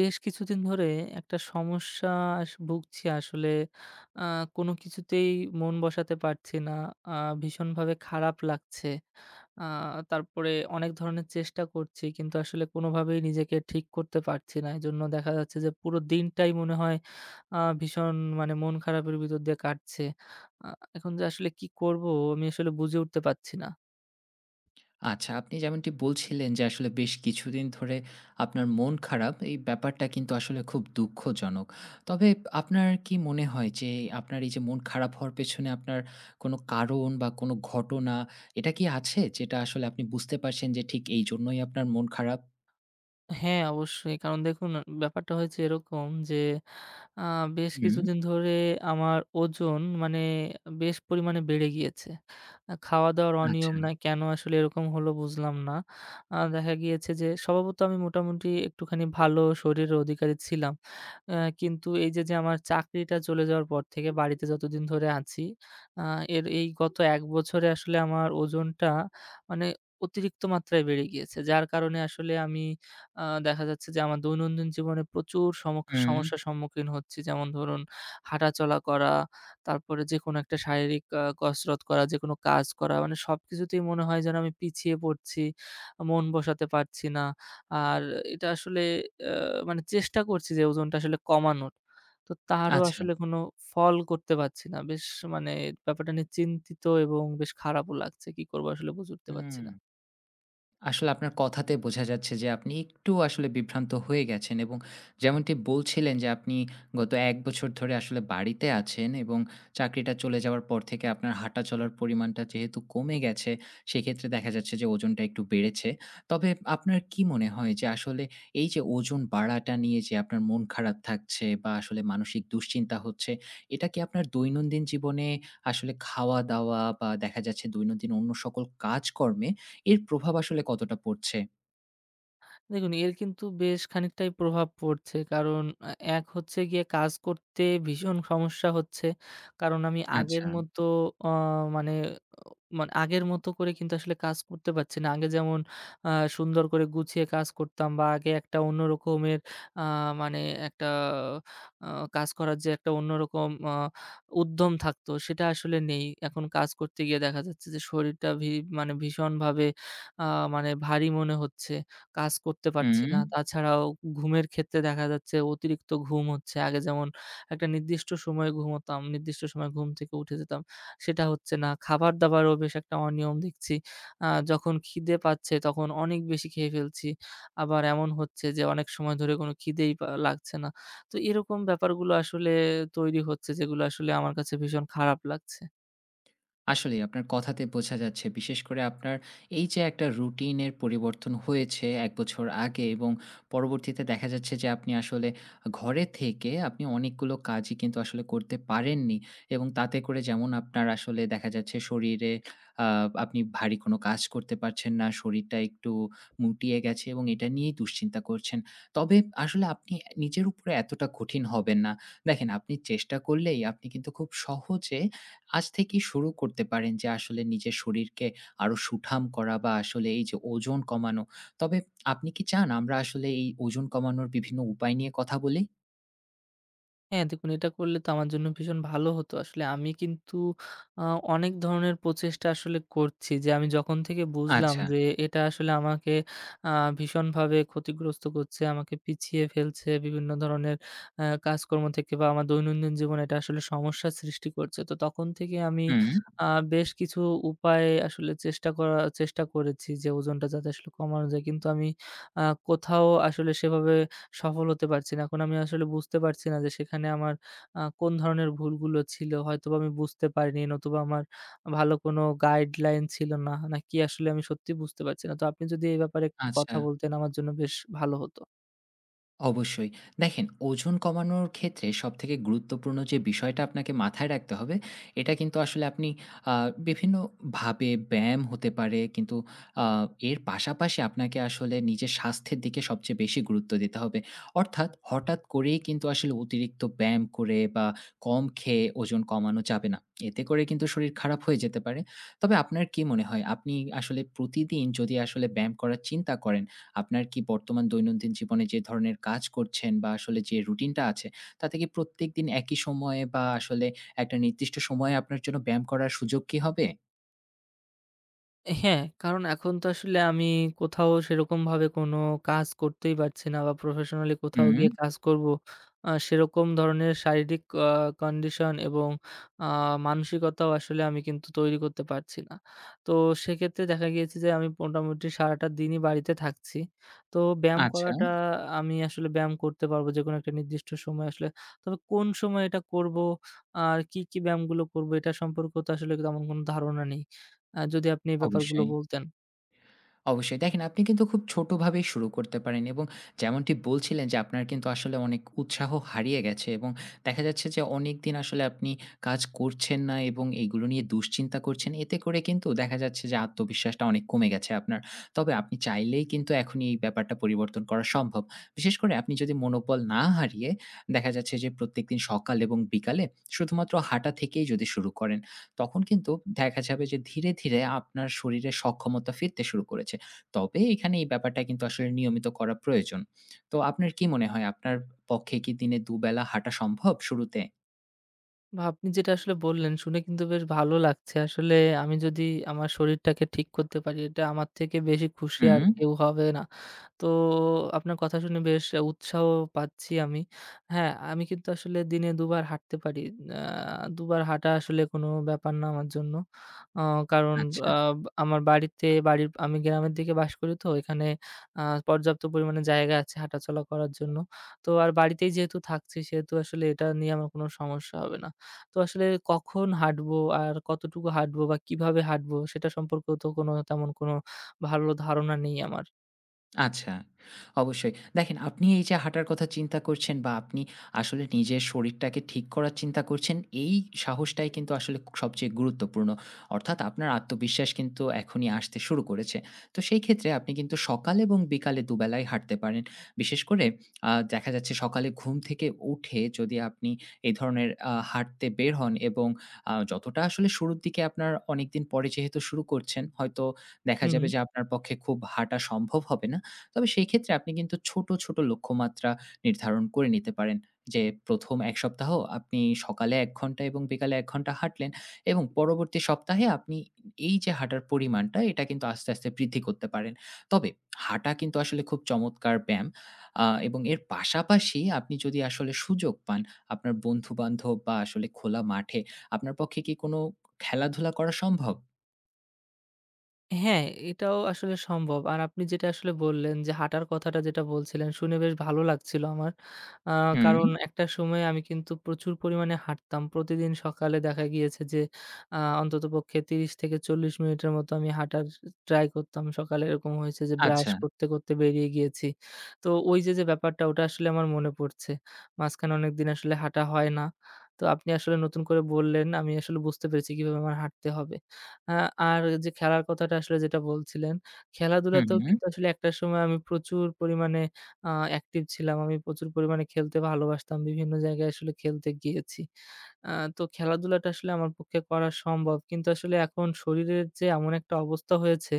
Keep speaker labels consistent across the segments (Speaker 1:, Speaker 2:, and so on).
Speaker 1: বেশ কিছুদিন ধরে একটা সমস্যা ভুগছি আসলে। আ কোনো কিছুতেই মন বসাতে পারছি না। আ ভীষণভাবে খারাপ লাগছে। আ তারপরে অনেক ধরনের চেষ্টা করছি, কিন্তু আসলে কোনোভাবেই নিজেকে ঠিক করতে পারছি না। এজন্য দেখা যাচ্ছে যে পুরো দিনটাই মনে হয় ভীষণ মানে মন খারাপের ভিতর দিয়ে কাটছে। আ এখন যে আসলে কি করব আমি আসলে বুঝে উঠতে পারছি না।
Speaker 2: আচ্ছা, আপনি যেমনটি বলছিলেন যে আসলে বেশ কিছুদিন ধরে আপনার মন খারাপ, এই ব্যাপারটা কিন্তু আসলে খুব দুঃখজনক। তবে আপনার কি মনে হয় যে আপনার এই যে মন খারাপ হওয়ার পেছনে আপনার কোনো কারণ বা কোনো ঘটনা এটা কি আছে? যেটা আসলে আপনি বুঝতে পারছেন যে ঠিক এইজন্যই আপনার মন খারাপ?
Speaker 1: হ্যাঁ, অবশ্যই। কারণ দেখুন, ব্যাপারটা হয়েছে এরকম যে আ বেশ
Speaker 2: হুম,
Speaker 1: কিছুদিন ধরে আমার ওজন মানে বেশ পরিমাণে বেড়ে গিয়েছে। খাওয়া-দাওয়ার
Speaker 2: আচ্ছা।
Speaker 1: অনিয়ম না কেন আসলে এরকম হলো বুঝলাম না। দেখা গিয়েছে যে স্বভাবত আমি মোটামুটি একটুখানি ভালো শরীরের অধিকারী ছিলাম। আ কিন্তু এই যে আমার চাকরিটা চলে যাওয়ার পর থেকে বাড়িতে যতদিন ধরে আছি, আ এর এই গত ১ বছরে আসলে আমার ওজনটা মানে অতিরিক্ত মাত্রায় বেড়ে গিয়েছে। যার কারণে আসলে আমি আ দেখা যাচ্ছে যে আমার দৈনন্দিন জীবনে প্রচুর
Speaker 2: হুম,
Speaker 1: সমস্যার সম্মুখীন হচ্ছি। যেমন ধরুন, হাঁটাচলা করা, তারপরে যেকোনো একটা শারীরিক কসরত করা, যেকোনো কাজ করা মানে সবকিছুতেই মনে হয় যেন আমি পিছিয়ে পড়ছি। মন বসাতে পারছি না। আর এটা আসলে আ মানে চেষ্টা করছি যে ওজনটা আসলে কমানোর। তো তারও
Speaker 2: আচ্ছা।
Speaker 1: আসলে কোনো ফল করতে পারছি না। বেশ মানে ব্যাপারটা নিয়ে চিন্তিত এবং বেশ খারাপও লাগছে। কি করব আসলে বুঝে উঠতে পারছি
Speaker 2: হুম।
Speaker 1: না।
Speaker 2: আসলে আপনার কথাতে বোঝা যাচ্ছে যে আপনি একটু আসলে বিভ্রান্ত হয়ে গেছেন এবং যেমনটি বলছিলেন যে আপনি গত ১ বছর ধরে আসলে বাড়িতে আছেন এবং চাকরিটা চলে যাওয়ার পর থেকে আপনার হাঁটা চলার পরিমাণটা যেহেতু কমে গেছে, সেক্ষেত্রে দেখা যাচ্ছে যে ওজনটা একটু বেড়েছে। তবে আপনার কি মনে হয় যে আসলে এই যে ওজন বাড়াটা নিয়ে যে আপনার মন খারাপ থাকছে বা আসলে মানসিক দুশ্চিন্তা হচ্ছে, এটা কি আপনার দৈনন্দিন জীবনে আসলে খাওয়া-দাওয়া বা দেখা যাচ্ছে দৈনন্দিন অন্য সকল কাজকর্মে এর প্রভাব আসলে কতটা পড়ছে?
Speaker 1: দেখুন, এর কিন্তু বেশ খানিকটাই প্রভাব পড়ছে। কারণ আ এক হচ্ছে গিয়ে কাজ করতে ভীষণ সমস্যা হচ্ছে। কারণ আমি আগের
Speaker 2: আচ্ছা।
Speaker 1: মতো অ মানে মানে আগের মতো করে কিন্তু আসলে কাজ করতে পারছি না। আগে যেমন আ সুন্দর করে গুছিয়ে কাজ করতাম, বা আগে একটা অন্য রকমের আ মানে একটা আ কাজ করার যে একটা অন্যরকম উদ্যম থাকতো সেটা আসলে নেই। এখন কাজ করতে গিয়ে দেখা যাচ্ছে যে শরীরটা মানে ভীষণভাবে আ মানে ভারী মনে হচ্ছে। কাজ করতে পারছি
Speaker 2: হুম।
Speaker 1: না। তাছাড়াও ঘুমের ক্ষেত্রে দেখা যাচ্ছে অতিরিক্ত ঘুম হচ্ছে। আগে যেমন একটা নির্দিষ্ট সময়ে ঘুমোতাম, নির্দিষ্ট সময়ে ঘুম থেকে উঠে যেতাম। সেটা হচ্ছে না। খাবার-দাবারও বেশ একটা অনিয়ম দেখছি। যখন খিদে পাচ্ছে তখন অনেক বেশি খেয়ে ফেলছি। আবার এমন হচ্ছে যে অনেক সময় ধরে কোনো খিদেই লাগছে না। তো এরকম ব্যাপারগুলো আসলে তৈরি হচ্ছে, যেগুলো আসলে আমার কাছে ভীষণ খারাপ লাগছে।
Speaker 2: আসলেই আপনার কথাতে বোঝা যাচ্ছে। বিশেষ করে আপনার এই যে একটা রুটিনের পরিবর্তন হয়েছে ১ বছর আগে এবং পরবর্তীতে দেখা যাচ্ছে যে আপনি আসলে ঘরে থেকে আপনি অনেকগুলো কাজই কিন্তু আসলে করতে পারেননি। এবং তাতে করে যেমন আপনার আসলে দেখা যাচ্ছে শরীরে আ আপনি ভারী কোনো কাজ করতে পারছেন না। শরীরটা একটু মুটিয়ে গেছে এবং এটা নিয়েই দুশ্চিন্তা করছেন। তবে আসলে আপনি নিজের উপরে এতটা কঠিন হবেন না। দেখেন, আপনি চেষ্টা করলেই আপনি কিন্তু খুব সহজে আজ থেকেই শুরু করতে পারেন যে আসলে নিজের শরীরকে আরো সুঠাম করা বা আসলে এই যে ওজন কমানো। তবে আপনি কি চান আমরা আসলে এই ওজন কমানোর বিভিন্ন উপায় নিয়ে কথা বলি?
Speaker 1: হ্যাঁ, দেখুন এটা করলে তো আমার জন্য ভীষণ ভালো হতো। আসলে আমি কিন্তু আ অনেক ধরনের প্রচেষ্টা আসলে করছি যে আমি যখন থেকে বুঝলাম
Speaker 2: আচ্ছা।
Speaker 1: যে এটা আসলে আমাকে আ ভীষণভাবে ক্ষতিগ্রস্ত করছে, আমাকে পিছিয়ে ফেলছে বিভিন্ন ধরনের কাজকর্ম থেকে, বা আমার দৈনন্দিন জীবনে এটা আসলে সমস্যার সৃষ্টি করছে। তো তখন থেকে আমি
Speaker 2: হুম,
Speaker 1: আ বেশ কিছু উপায়ে আসলে চেষ্টা করেছি যে ওজনটা যাতে আসলে কমানো যায়। কিন্তু আমি আ কোথাও আসলে সেভাবে সফল হতে পারছি না। এখন আমি আসলে বুঝতে পারছি না যে সেখানে আমার কোন ধরনের ভুলগুলো ছিল। হয়তোবা আমি বুঝতে পারিনি, নতুবা আমার ভালো কোনো গাইডলাইন ছিল না। নাকি আসলে আমি সত্যিই বুঝতে পারছি না। তো আপনি যদি এই ব্যাপারে একটু
Speaker 2: আচ্ছা।
Speaker 1: কথা বলতেন আমার জন্য বেশ ভালো হতো।
Speaker 2: অবশ্যই। দেখেন, ওজন কমানোর ক্ষেত্রে সবথেকে গুরুত্বপূর্ণ যে বিষয়টা আপনাকে মাথায় রাখতে হবে, এটা কিন্তু আসলে আপনি আ বিভিন্নভাবে ব্যায়াম হতে পারে, কিন্তু আ এর পাশাপাশি আপনাকে আসলে নিজের স্বাস্থ্যের দিকে সবচেয়ে বেশি গুরুত্ব দিতে হবে। অর্থাৎ, হঠাৎ করেই কিন্তু আসলে অতিরিক্ত ব্যায়াম করে বা কম খেয়ে ওজন কমানো যাবে না। এতে করে কিন্তু শরীর খারাপ হয়ে যেতে পারে। তবে আপনার কি মনে হয়, আপনি আসলে প্রতিদিন যদি আসলে ব্যায়াম করার চিন্তা করেন, আপনার কি বর্তমান দৈনন্দিন জীবনে যে ধরনের কাজ করছেন বা আসলে যে রুটিনটা আছে, তাতে কি প্রত্যেকদিন একই সময়ে বা আসলে একটা নির্দিষ্ট সময়ে আপনার জন্য ব্যায়াম করার সুযোগ কি হবে?
Speaker 1: হ্যাঁ, কারণ এখন তো আসলে আমি কোথাও সেরকমভাবে কোনো কাজ করতেই পারছি না, বা প্রফেশনালি কোথাও
Speaker 2: হুম,
Speaker 1: গিয়ে কাজ করব, সেরকম ধরনের শারীরিক কন্ডিশন এবং আ মানসিকতাও আসলে আমি কিন্তু তৈরি করতে পারছি না। তো সেক্ষেত্রে দেখা গিয়েছে যে আমি মোটামুটি সারাটা দিনই বাড়িতে থাকছি। তো ব্যায়াম
Speaker 2: আচ্ছা,
Speaker 1: করাটা আমি আসলে ব্যায়াম করতে পারবো যেকোনো একটা নির্দিষ্ট সময় আসলে। তবে কোন সময় এটা করব, আর কি, কি ব্যায়ামগুলো করব এটা সম্পর্কেও তো আসলে তেমন কোনো ধারণা নেই। যদি আপনি এই ব্যাপারগুলো
Speaker 2: অবশ্যই।
Speaker 1: বলতেন।
Speaker 2: অবশ্যই। দেখেন, আপনি কিন্তু খুব ছোটভাবেই শুরু করতে পারেন, এবং যেমনটি বলছিলেন যে আপনার কিন্তু আসলে অনেক উৎসাহ হারিয়ে গেছে এবং দেখা যাচ্ছে যে অনেকদিন আসলে আপনি কাজ করছেন না এবং এইগুলো নিয়ে দুশ্চিন্তা করছেন। এতে করে কিন্তু দেখা যাচ্ছে যে আত্মবিশ্বাসটা অনেক কমে গেছে আপনার। তবে আপনি চাইলেই কিন্তু এখনই এই ব্যাপারটা পরিবর্তন করা সম্ভব। বিশেষ করে আপনি যদি মনোবল না হারিয়ে, দেখা যাচ্ছে যে প্রত্যেকদিন সকাল এবং বিকালে শুধুমাত্র হাঁটা থেকেই যদি শুরু করেন, তখন কিন্তু দেখা যাবে যে ধীরে, ধীরে আপনার শরীরে সক্ষমতা ফিরতে শুরু করেছে। তবে এখানে এই ব্যাপারটা কিন্তু আসলে নিয়মিত করা প্রয়োজন। তো আপনার কি মনে হয়, আপনার পক্ষে কি দিনে দুবেলা হাঁটা সম্ভব শুরুতে?
Speaker 1: বা আপনি যেটা আসলে বললেন শুনে কিন্তু বেশ ভালো লাগছে। আসলে আমি যদি আমার শরীরটাকে ঠিক করতে পারি, এটা আমার থেকে বেশি খুশি
Speaker 2: হুম,
Speaker 1: আর কেউ হবে না। তো আপনার কথা শুনে বেশ উৎসাহ পাচ্ছি আমি। হ্যাঁ, আমি কিন্তু আসলে দিনে ২ বার হাঁটতে পারি। আ ২ বার হাঁটা আসলে কোনো ব্যাপার না আমার জন্য। আ কারণ
Speaker 2: আচ্ছা।
Speaker 1: আ আমার বাড়িতে বাড়ির আমি গ্রামের দিকে বাস করি, তো এখানে আ পর্যাপ্ত পরিমাণে জায়গা আছে হাঁটাচলা করার জন্য। তো আর বাড়িতেই যেহেতু থাকছি সেহেতু আসলে এটা নিয়ে আমার কোনো সমস্যা হবে না। তো আসলে কখন হাঁটবো, আর কতটুকু হাঁটবো বা কিভাবে হাঁটবো সেটা সম্পর্কেও তো তেমন কোনো ভালো ধারণা নেই আমার।
Speaker 2: আচ্ছা, অবশ্যই। দেখেন, আপনি এই যে হাঁটার কথা চিন্তা করছেন বা আপনি আসলে নিজের শরীরটাকে ঠিক করার চিন্তা করছেন, এই সাহসটাই কিন্তু আসলে সবচেয়ে গুরুত্বপূর্ণ। অর্থাৎ, আপনার আত্মবিশ্বাস কিন্তু এখনই আসতে শুরু করেছে। তো সেই ক্ষেত্রে আপনি কিন্তু সকাল এবং বিকালে দুবেলাই হাঁটতে পারেন। বিশেষ করে দেখা যাচ্ছে, সকালে ঘুম থেকে উঠে যদি আপনি এই ধরনের হাঁটতে বের হন, এবং যতটা আসলে শুরুর দিকে আপনার অনেকদিন পরে যেহেতু শুরু করছেন, হয়তো দেখা
Speaker 1: হুম।
Speaker 2: যাবে যে আপনার পক্ষে খুব হাঁটা সম্ভব হবে না। তবে সেই ক্ষেত্রে আপনি কিন্তু ছোট, ছোট লক্ষ্যমাত্রা নির্ধারণ করে নিতে পারেন। যে ১ম ১ সপ্তাহ আপনি সকালে ১ ঘন্টা এবং বিকালে ১ ঘন্টা হাঁটলেন, এবং পরবর্তী সপ্তাহে আপনি এই যে হাঁটার পরিমাণটা এটা কিন্তু আস্তে, আস্তে বৃদ্ধি করতে পারেন। তবে হাঁটা কিন্তু আসলে খুব চমৎকার ব্যায়াম, এবং এর পাশাপাশি আপনি যদি আসলে সুযোগ পান, আপনার বন্ধু-বান্ধব বা আসলে খোলা মাঠে আপনার পক্ষে কি কোনো খেলাধুলা করা সম্ভব?
Speaker 1: হ্যাঁ, এটাও আসলে সম্ভব। আর আপনি যেটা আসলে বললেন যে হাঁটার কথাটা যেটা বলছিলেন শুনে বেশ ভালো লাগছিল আমার। আ
Speaker 2: হুম,
Speaker 1: কারণ একটা সময়ে আমি কিন্তু প্রচুর পরিমাণে হাঁটতাম। প্রতিদিন সকালে দেখা গিয়েছে যে অন্ততপক্ষে ৩০ থেকে ৪০ মিনিটের মতো আমি হাঁটার ট্রাই করতাম। সকালে এরকম হয়েছে যে ব্রাশ
Speaker 2: আচ্ছা।
Speaker 1: করতে, করতে বেরিয়ে গিয়েছি। তো ওই যে ব্যাপারটা ওটা আসলে আমার মনে পড়ছে। মাঝখানে অনেকদিন আসলে হাঁটা হয় না। তো আপনি আসলে নতুন করে বললেন, আমি আসলে বুঝতে পেরেছি কিভাবে আমার হাঁটতে হবে। আ আর যে খেলার কথাটা আসলে যেটা বলছিলেন,
Speaker 2: হুম,
Speaker 1: খেলাধুলাতেও
Speaker 2: হুম,
Speaker 1: কিন্তু আসলে একটা সময় আমি প্রচুর পরিমাণে অ্যাক্টিভ ছিলাম। আমি প্রচুর পরিমাণে খেলতে ভালোবাসতাম। বিভিন্ন জায়গায় আসলে খেলতে গিয়েছি। আ তো খেলাধুলাটা আসলে আমার পক্ষে করা সম্ভব। কিন্তু আসলে এখন শরীরের যে এমন একটা অবস্থা হয়েছে,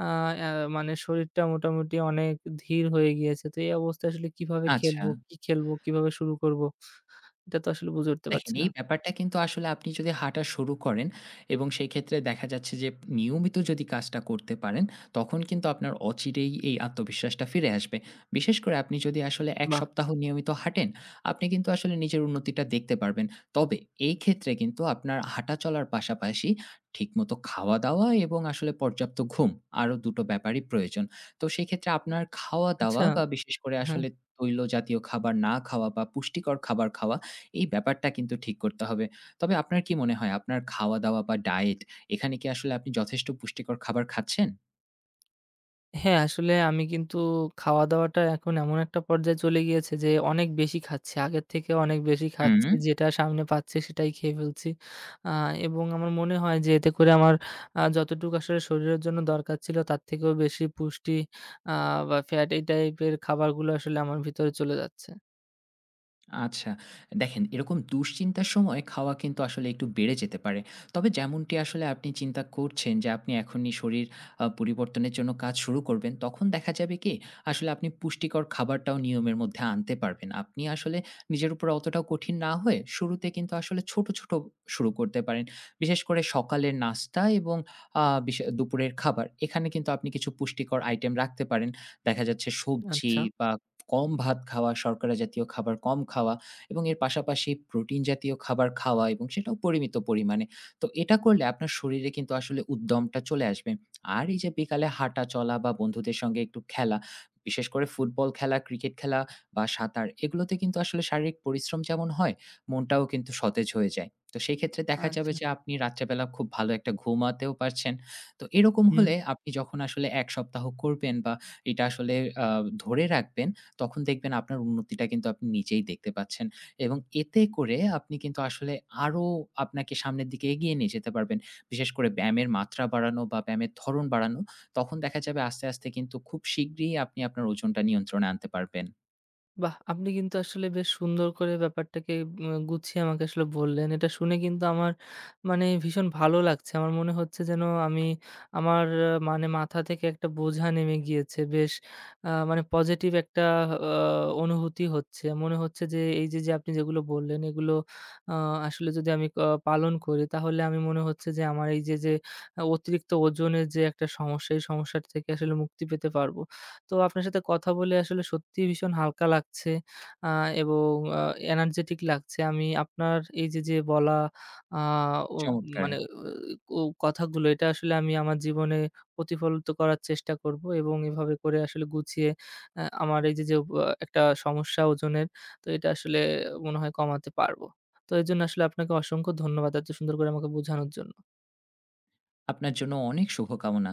Speaker 1: আ অ্যা মানে শরীরটা মোটামুটি অনেক ধীর হয়ে গিয়েছে। তো এই অবস্থায় আসলে কিভাবে
Speaker 2: আচ্ছা।
Speaker 1: খেলবো, কি খেলবো, কিভাবে শুরু করব? এটা তো আসলে বুঝে উঠতে
Speaker 2: দেখেন,
Speaker 1: পারছি না।
Speaker 2: এই ব্যাপারটা কিন্তু আসলে আপনি যদি হাঁটা শুরু করেন এবং সেই ক্ষেত্রে দেখা যাচ্ছে যে নিয়মিত যদি কাজটা করতে পারেন, তখন কিন্তু আপনার অচিরেই এই আত্মবিশ্বাসটা ফিরে আসবে। বিশেষ করে আপনি যদি আসলে ১
Speaker 1: বাহ!
Speaker 2: সপ্তাহ নিয়মিত হাঁটেন, আপনি কিন্তু আসলে নিজের উন্নতিটা দেখতে পারবেন। তবে এই ক্ষেত্রে কিন্তু আপনার হাঁটা চলার পাশাপাশি ঠিকমতো খাওয়া-দাওয়া এবং আসলে পর্যাপ্ত ঘুম, আরও ২ টো ব্যাপারই প্রয়োজন। তো সেক্ষেত্রে আপনার খাওয়া-দাওয়া
Speaker 1: আচ্ছা,
Speaker 2: বা বিশেষ করে
Speaker 1: হ্যাঁ।
Speaker 2: আসলে তৈল জাতীয় খাবার না খাওয়া বা পুষ্টিকর খাবার খাওয়া, এই ব্যাপারটা কিন্তু ঠিক করতে হবে। তবে আপনার কি মনে হয়, আপনার খাওয়া-দাওয়া বা ডায়েট, এখানে কি আসলে আপনি যথেষ্ট পুষ্টিকর খাবার খাচ্ছেন?
Speaker 1: হ্যাঁ, আসলে আমি কিন্তু খাওয়া-দাওয়াটা এখন এমন একটা পর্যায়ে চলে গিয়েছে যে অনেক বেশি খাচ্ছি। আগের থেকে অনেক বেশি
Speaker 2: হুম।
Speaker 1: খাচ্ছি। যেটা সামনে পাচ্ছি সেটাই খেয়ে ফেলছি। আ এবং আমার মনে হয় যে এতে করে আমার যতটুকু আসলে শরীরের জন্য দরকার ছিল তার থেকেও বেশি পুষ্টি আ বা ফ্যাট এই টাইপের খাবারগুলো আসলে আমার ভিতরে চলে যাচ্ছে।
Speaker 2: আচ্ছা। দেখেন, এরকম দুশ্চিন্তার সময় খাওয়া কিন্তু আসলে একটু বেড়ে যেতে পারে। তবে যেমনটি আসলে আপনি চিন্তা করছেন যে আপনি এখনই শরীর পরিবর্তনের জন্য কাজ শুরু করবেন, তখন দেখা যাবে কি আসলে আপনি পুষ্টিকর খাবারটাও নিয়মের মধ্যে আনতে পারবেন। আপনি আসলে নিজের উপর অতটাও কঠিন না হয়ে শুরুতে কিন্তু আসলে ছোট, ছোট শুরু করতে পারেন। বিশেষ করে সকালের নাস্তা এবং আ বিশে দুপুরের খাবার, এখানে কিন্তু আপনি কিছু পুষ্টিকর আইটেম রাখতে পারেন। দেখা যাচ্ছে সবজি
Speaker 1: আচ্ছা,
Speaker 2: বা কম ভাত খাওয়া, শর্করা জাতীয় খাবার কম খাওয়া এবং এর পাশাপাশি প্রোটিন জাতীয় খাবার খাওয়া, এবং সেটাও পরিমিত পরিমাণে। তো এটা করলে আপনার শরীরে কিন্তু আসলে উদ্যমটা চলে আসবে। আর এই যে বিকালে হাঁটা চলা বা বন্ধুদের সঙ্গে একটু খেলা, বিশেষ করে ফুটবল খেলা, ক্রিকেট খেলা বা সাঁতার, এগুলোতে কিন্তু আসলে শারীরিক পরিশ্রম যেমন হয়, মনটাও কিন্তু সতেজ হয়ে যায়। তো সেই ক্ষেত্রে দেখা যাবে
Speaker 1: আচ্ছা।
Speaker 2: যে আপনি রাত্রেবেলা খুব ভালো একটা ঘুমাতেও পারছেন। তো এরকম
Speaker 1: হুম।
Speaker 2: হলে আপনি যখন আসলে ১ সপ্তাহ করবেন বা এটা আসলে আ ধরে রাখবেন, তখন দেখবেন আপনার উন্নতিটা কিন্তু আপনি নিজেই দেখতে পাচ্ছেন, এবং এতে করে আপনি কিন্তু আসলে আরো আপনাকে সামনের দিকে এগিয়ে নিয়ে যেতে পারবেন। বিশেষ করে ব্যায়ামের মাত্রা বাড়ানো বা ব্যায়ামের ধরন বাড়ানো, তখন দেখা যাবে আস্তে, আস্তে কিন্তু খুব শিগগিরই আপনি আপনার ওজনটা নিয়ন্ত্রণে আনতে পারবেন।
Speaker 1: বাহ! আপনি কিন্তু আসলে বেশ সুন্দর করে ব্যাপারটাকে গুছিয়ে আমাকে আসলে বললেন। এটা শুনে কিন্তু আমার মানে ভীষণ ভালো লাগছে। আমার মনে হচ্ছে যেন আমি আমার মানে মাথা থেকে একটা বোঝা নেমে গিয়েছে। বেশ মানে পজিটিভ একটা আ অনুভূতি হচ্ছে। মনে হচ্ছে যে এই যে আপনি যেগুলো বললেন এগুলো আ আসলে যদি আমি পালন করি তাহলে আমি মনে হচ্ছে যে আমার এই যে অতিরিক্ত ওজনের যে একটা সমস্যা, এই সমস্যার থেকে আসলে মুক্তি পেতে পারব। তো আপনার সাথে কথা বলে আসলে সত্যিই ভীষণ হালকা লাগছে আ এবং আ এনার্জেটিক লাগছে। আমি আপনার এই যে বলা আ ও
Speaker 2: চমৎকার!
Speaker 1: মানে ও কথাগুলো এটা আসলে আমি আমার জীবনে প্রতিফলিত করার চেষ্টা করব, এবং এভাবে করে আসলে গুছিয়ে আমার এই যে একটা সমস্যা ওজনের, তো এটা আসলে মনে হয় কমাতে পারব। তো এজন্য আসলে আপনাকে অসংখ্য ধন্যবাদ এত সুন্দর করে আমাকে বোঝানোর জন্য।
Speaker 2: আপনার জন্য অনেক শুভকামনা।